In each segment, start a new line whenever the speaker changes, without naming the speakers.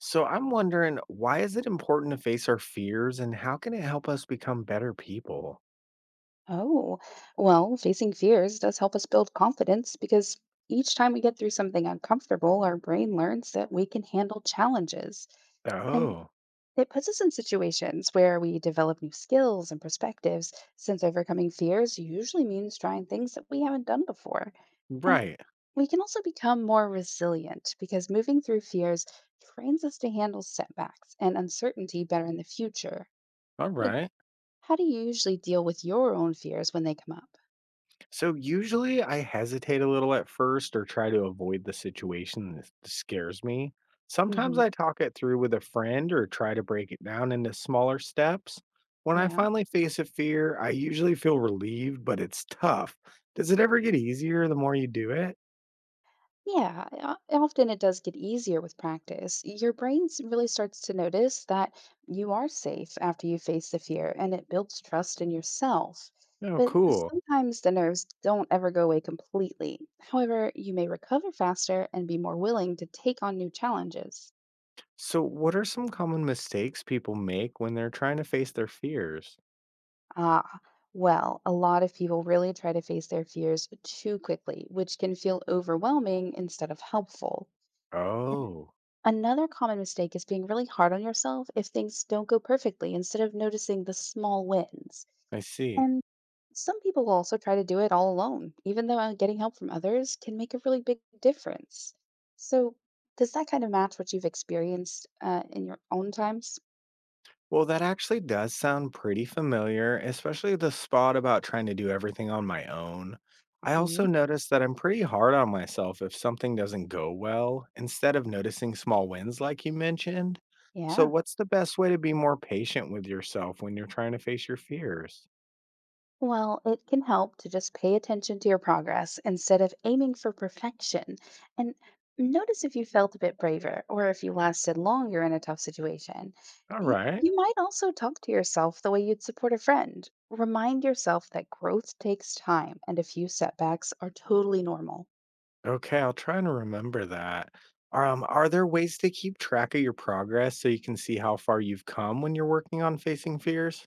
So I'm wondering, why is it important to face our fears and how can it help us become better people?
Oh, well, facing fears does help us build confidence because each time we get through something uncomfortable, our brain learns that we can handle challenges. And
Oh.
it puts us in situations where we develop new skills and perspectives, since overcoming fears usually means trying things that we haven't done before. And
Right.
we can also become more resilient because moving through fears trains us to handle setbacks and uncertainty better in the future.
All
But
right.
how do you usually deal with your own fears when they come up?
So usually I hesitate a little at first or try to avoid the situation that scares me. Sometimes I
hmm
talk it through with a friend or try to break it down into smaller steps. When I
Yeah.
finally face a fear, I usually feel relieved, but it's tough. Does it ever get easier the more you do it?
Yeah. Often it does get easier with practice. Your brain really starts to notice that you are safe after you face the fear and it builds trust in yourself.
Oh,
But
cool.
sometimes the nerves don't ever go away completely. However, you may recover faster and be more willing to take on new challenges.
So, what are some common mistakes people make when they're trying to face their fears?
Ah, well, a lot of people really try to face their fears too quickly, which can feel overwhelming instead of helpful.
Oh,
Another common mistake is being really hard on yourself if things don't go perfectly instead of noticing the small wins.
I see.
And some people will also try to do it all alone, even though getting help from others can make a really big difference. So, does that kind of match what you've experienced in your own times?
Well, that actually does sound pretty familiar, especially the spot about trying to do everything on my own. I also
hmm
notice that I'm pretty hard on myself if something doesn't go well, instead of noticing small wins like you mentioned. So,
Yeah.
what's the best way to be more patient with yourself when you're trying to face your fears?
Well, it can help to just pay attention to your progress instead of aiming for perfection. And notice if you felt a bit braver or if you lasted longer in a tough situation.
All right.
You might also talk to yourself the way you'd support a friend. Remind yourself that growth takes time and a few setbacks are totally normal.
Okay, I'll try and remember that. Are there ways to keep track of your progress so you can see how far you've come when you're working on facing fears?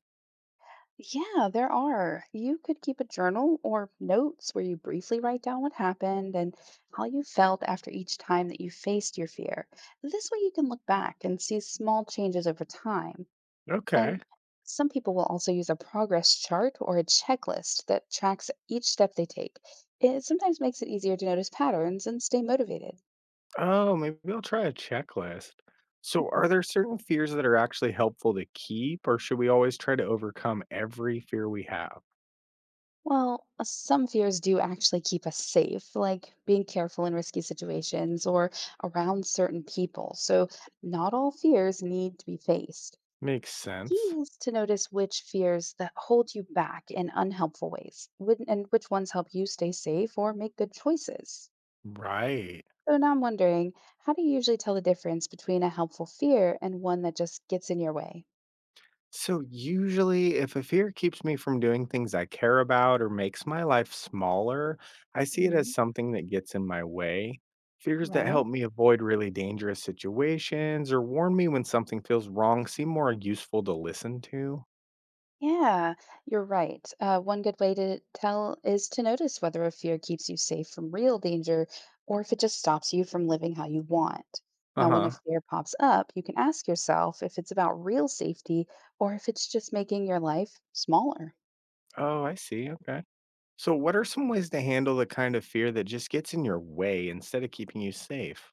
Yeah, there are. You could keep a journal or notes where you briefly write down what happened and how you felt after each time that you faced your fear. This way, you can look back and see small changes over time.
Okay.
And some people will also use a progress chart or a checklist that tracks each step they take. It sometimes makes it easier to notice patterns and stay motivated.
Oh, maybe I'll try a checklist. So, are
Mhm.
there certain fears that are actually helpful to keep, or should we always try to overcome every fear we have?
Well, some fears do actually keep us safe, like being careful in risky situations or around certain people. So, not all fears need to be faced.
Makes
Key
sense.
is to notice which fears that hold you back in unhelpful ways and which ones help you stay safe or make good choices.
Right.
So, now I'm wondering, how do you usually tell the difference between a helpful fear and one that just gets in your way?
So, usually, if a fear keeps me from doing things I care about or makes my life smaller, I see it as
Mhm.
something that gets in my way. Fears that help
Right?
me avoid really dangerous situations or warn me when something feels wrong seem more useful to listen to.
Yeah, you're right. One good way to tell is to notice whether a fear keeps you safe from real danger or if it just stops you from living how you want.
Uh
Now, when a
huh.
fear pops up, you can ask yourself if it's about real safety or if it's just making your life smaller.
Oh, I see. Okay. So, what are some ways to handle the kind of fear that just gets in your way instead of keeping you safe?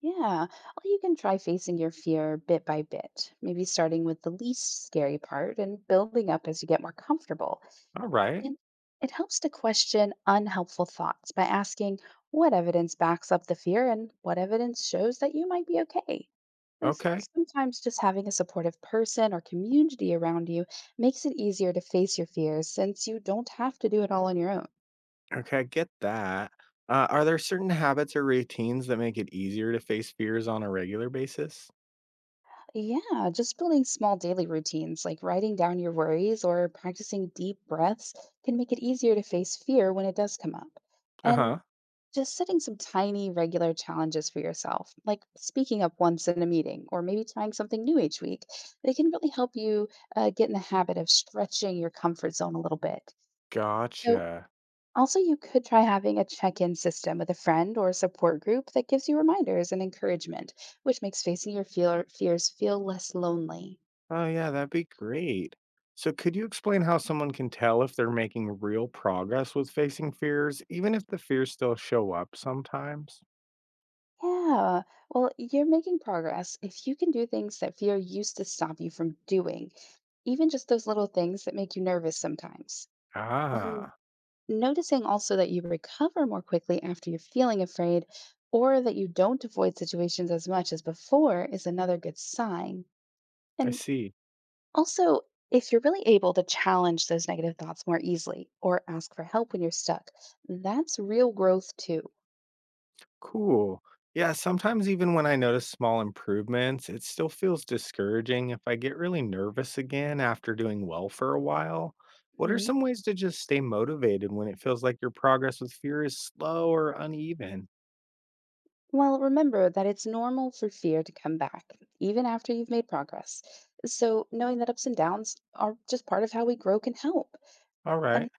Yeah, or you can try facing your fear bit by bit, maybe starting with the least scary part and building up as you get more comfortable.
All right.
It, it helps to question unhelpful thoughts by asking what evidence backs up the fear and what evidence shows that you might be okay.
Okay.
Sometimes just having a supportive person or community around you makes it easier to face your fears since you don't have to do it all on your own.
Okay, I get that. Are there certain habits or routines that make it easier to face fears on a regular basis?
Yeah, just building small daily routines like writing down your worries or practicing deep breaths can make it easier to face fear when it does come up.
Uh
And
huh.
just setting some tiny, regular challenges for yourself, like speaking up once in a meeting or maybe trying something new each week, they can really help you get in the habit of stretching your comfort zone a little bit. So,
Gotcha.
also, you could try having a check in system with a friend or a support group that gives you reminders and encouragement, which makes facing your fears feel less lonely.
Oh, yeah, that'd be great. So, could you explain how someone can tell if they're making real progress with facing fears, even if the fears still show up sometimes?
Yeah, well, you're making progress if you can do things that fear used to stop you from doing, even just those little things that make you nervous sometimes. And
Ah,
noticing also that you recover more quickly after you're feeling afraid or that you don't avoid situations as much as before is another good sign.
I
And
see.
also, if you're really able to challenge those negative thoughts more easily or ask for help when you're stuck, that's real growth too.
Cool. Yeah, sometimes even when I notice small improvements, it still feels discouraging if I get really nervous again after doing well for a while. What are
Mhm.
some ways to just stay motivated when it feels like your progress with fear is slow or uneven?
Well, remember that it's normal for fear to come back, even after you've made progress. So, knowing that ups and downs are just part of how we grow can help.
All right,
And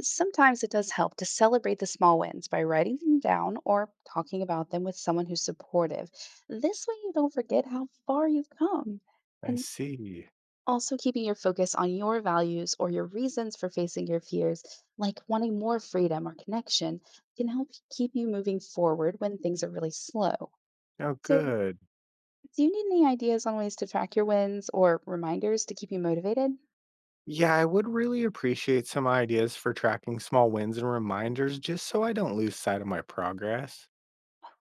sometimes it does help to celebrate the small wins by writing them down or talking about them with someone who's supportive. This way, you don't forget how far you've come.
I
And
see.
also keeping your focus on your values or your reasons for facing your fears, like wanting more freedom or connection, can help keep you moving forward when things are really slow.
Oh,
So,
good.
do you need any ideas on ways to track your wins or reminders to keep you motivated?
Yeah, I would really appreciate some ideas for tracking small wins and reminders just so I don't lose sight of my progress.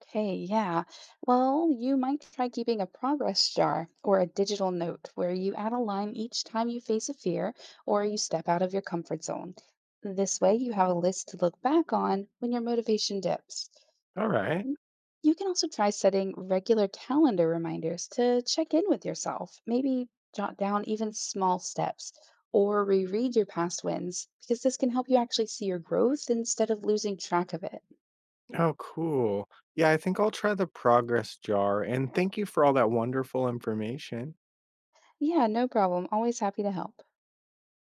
Okay, yeah. Well, you might try keeping a progress jar or a digital note where you add a line each time you face a fear or you step out of your comfort zone. This way, you have a list to look back on when your motivation dips.
All right.
Mm, You can also try setting regular calendar reminders to check in with yourself, maybe jot down even small steps or reread your past wins because this can help you actually see your growth instead of losing track of it.
Oh, cool. Yeah, I think I'll try the progress jar. And thank you for all that wonderful information.
Yeah, no problem. Always happy to help.